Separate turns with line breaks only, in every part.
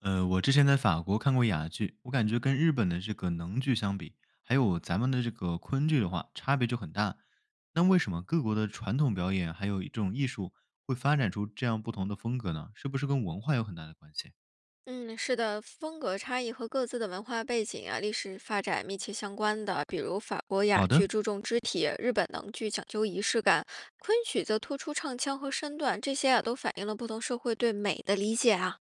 我之前在法国看过哑剧，我感觉跟日本的这个能剧相比，还有咱们的这个昆剧的话，差别就很大。那为什么各国的传统表演还有一种艺术会发展出这样不同的风格呢？是不是跟文化有很大的关系？
嗯，是的，风格差异和各自的文化背景啊、历史发展密切相关的。比如法国雅
好的。
剧注重肢体，日本能剧讲究仪式感，昆曲则突出唱腔和身段，这些啊都反映了不同社会对美的理解啊。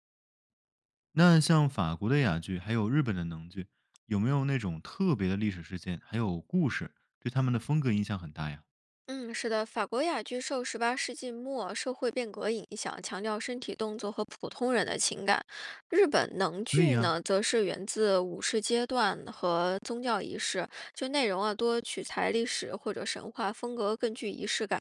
那像法国的哑剧，还有日本的能剧，有没有那种特别的历史事件，还有故事，对他们的风格影响很大呀？
嗯，是的，法国雅剧受18世纪末社会变革影响，强调身体动作和普通人的情感。日本能
可以
剧
呀。
呢，则是源自武士阶段和宗教仪式，就内容啊多取材历史或者神话，风格更具仪式感。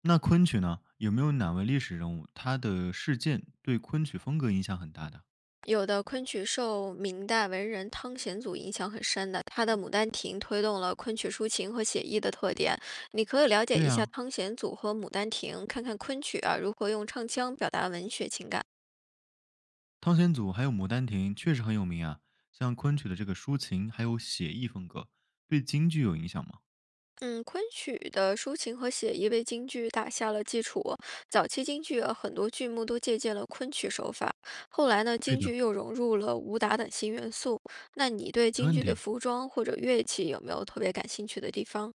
那昆曲呢？有没有哪位历史人物，他的事件对昆曲风格影响很大的？
有的昆曲受明代文人汤显祖影响很深的，他的《牡丹亭》推动了昆曲抒情和写意的特点。你可以了解
对
一下
呀、
汤显祖和《牡丹亭》，看看昆曲啊如何用唱腔表达文学情感。
汤显祖还有《牡丹亭》确实很有名啊，像昆曲的这个抒情还有写意风格，对京剧有影响吗？
嗯，昆曲的抒情和写意为京剧打下了基础。早期京剧啊很多剧目都借鉴了昆曲手法，后来呢，
对
京
的。
剧又融入了武打等新元素。那你对
没
京
问
剧的
题，
服装或者乐器有没有特别感兴趣的地方？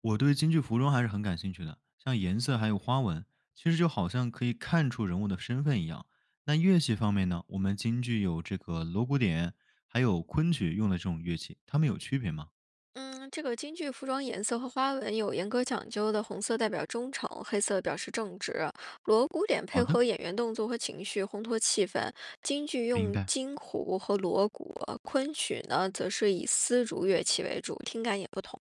我对京剧服装还是很感兴趣的，像颜色还有花纹，其实就好像可以看出人物的身份一样。那乐器方面呢，我们京剧有这个锣鼓点，还有昆曲用的这种乐器，它们有区别吗？
嗯，这个京剧服装颜色和花纹有严格讲究的，红色代表忠诚，黑色表示正直。锣鼓点配
好的，
合演员动作和情绪，烘托气氛。京剧
明
用
白。
金胡和锣鼓，昆曲呢则是以丝竹乐器为主，听感也不同。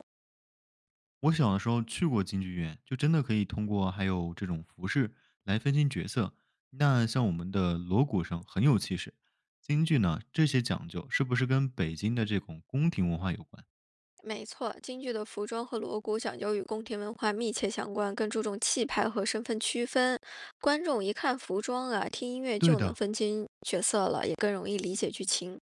我小的时候去过京剧院，就真的可以通过还有这种服饰来分清角色。那像我们的锣鼓声很有气势，京剧呢这些讲究是不是跟北京的这种宫廷文化有关？
没错，京剧的服装和锣鼓讲究与宫廷文化密切相关，更注重气派和身份区分。观众一看服装啊，听音乐
对
就能
的，
分清角色了，也更容易理解剧情。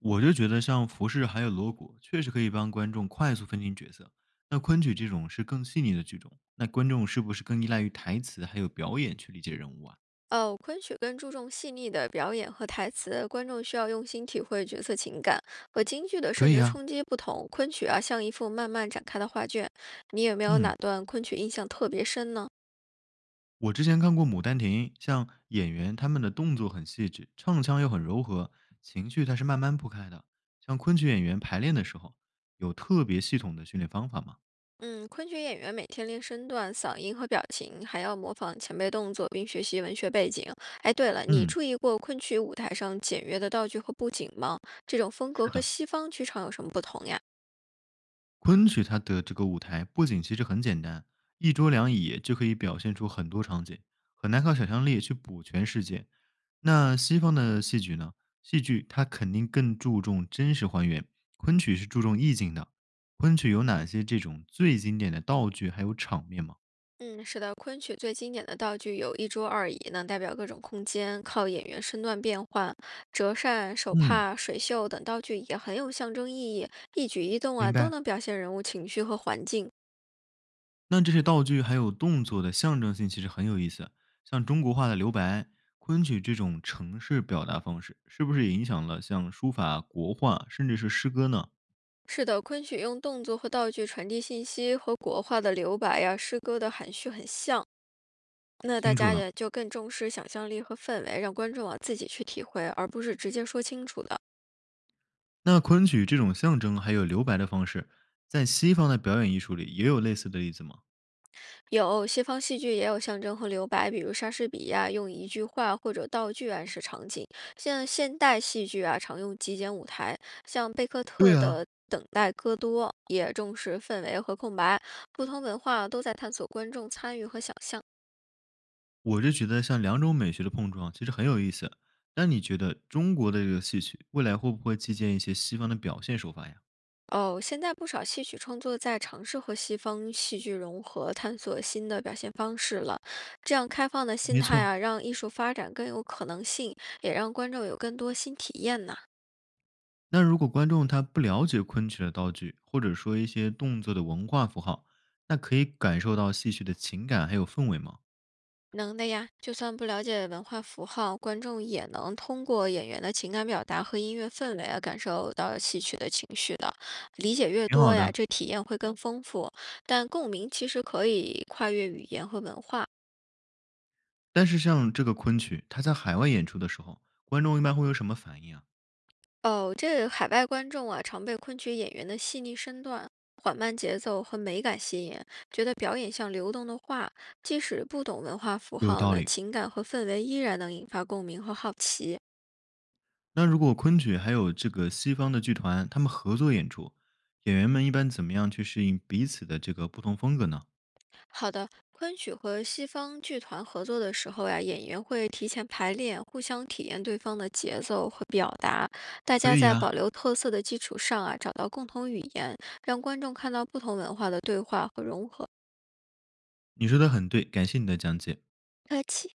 我就觉得像服饰还有锣鼓，确实可以帮观众快速分清角色。那昆曲这种是更细腻的剧种，那观众是不是更依赖于台词还有表演去理解人物啊？
哦，昆曲更注重细腻的表演和台词，观众需要用心体会角色情感。和京剧的视
可以
觉
啊。
冲击不同，昆曲啊像一幅慢慢展开的画卷。你有没有
嗯，
哪段昆曲印象特别深呢？
我之前看过《牡丹亭》，像演员他们的动作很细致，唱腔又很柔和，情绪它是慢慢铺开的。像昆曲演员排练的时候，有特别系统的训练方法吗？
嗯，昆曲演员每天练身段、嗓音和表情，还要模仿前辈动作，并学习文学背景。哎，对了，你
嗯，
注意过昆曲舞台上简约的道具和布景吗？这种风格
是
和
的。
西方剧场有什么不同呀？
昆曲它的这个舞台布景其实很简单，一桌两椅就可以表现出很多场景，很难靠想象力去补全世界。那西方的戏剧呢？戏剧它肯定更注重真实还原，昆曲是注重意境的。昆曲有哪些这种最经典的道具还有场面吗？
嗯，是的，昆曲最经典的道具有一桌二椅，能代表各种空间，靠演员身段变换、折扇、手
嗯，
帕、水袖等道具也很有象征意义，一举一动啊
明
都
白。
能表现人物情绪和环境。
那这些道具还有动作的象征性其实很有意思，像中国画的留白、昆曲这种程式表达方式，是不是也影响了像书法、国画，甚至是诗歌呢？
是的，昆曲用动作和道具传递信息，和国画的留白呀、诗歌的含蓄很像。那大
清楚
家
了，
也就更重视想象力和氛围，让观众啊自己去体会，而不是直接说清楚的。
那昆曲这种象征还有留白的方式，在西方的表演艺术里也有类似的例子吗？
有西方戏剧也有象征和留白，比如莎士比亚用一句话或者道具暗示场景。像现代戏剧啊，常用极简舞台，像贝克特
对
的
啊，
《等待戈多》也重视氛围和空白。不同文化都在探索观众参与和想象。
我就觉得像两种美学的碰撞其实很有意思。那你觉得中国的这个戏曲未来会不会借鉴一些西方的表现手法呀？
哦，现在不少戏曲创作在尝试和西方戏剧融合，探索新的表现方式了。这样开放的心
没
态啊，
错，
让艺术发展更有可能性，也让观众有更多新体验呢。
那如果观众他不了解昆曲的道具，或者说一些动作的文化符号，那可以感受到戏曲的情感还有氛围吗？
能的呀，就算不了解文化符号，观众也能通过演员的情感表达和音乐氛围啊，感受到戏曲的情绪的。理解越
挺好
多呀，
的。
这体验会更丰富。但共鸣其实可以跨越语言和文化。
但是像这个昆曲，它在海外演出的时候，观众一般会有什么反应啊？
哦，这海外观众啊，常被昆曲演员的细腻身段、缓慢节奏和美感吸引，觉得表演像流动的画，即使不懂文化符
有
号
道
呢，
理。
情感和氛围依然能引发共鸣和好奇。
那如果昆曲还有这个西方的剧团，他们合作演出，演员们一般怎么样去适应彼此的这个不同风格呢？
好的，昆曲和西方剧团合作的时候呀，演员会提前排练，互相体验对方的节奏和表达。大
可
家
以
在保
呀、
留特色的基础上啊，找到共同语言，让观众看到不同文化的对话和融合。
你说的很对，感谢你的讲解。
客气。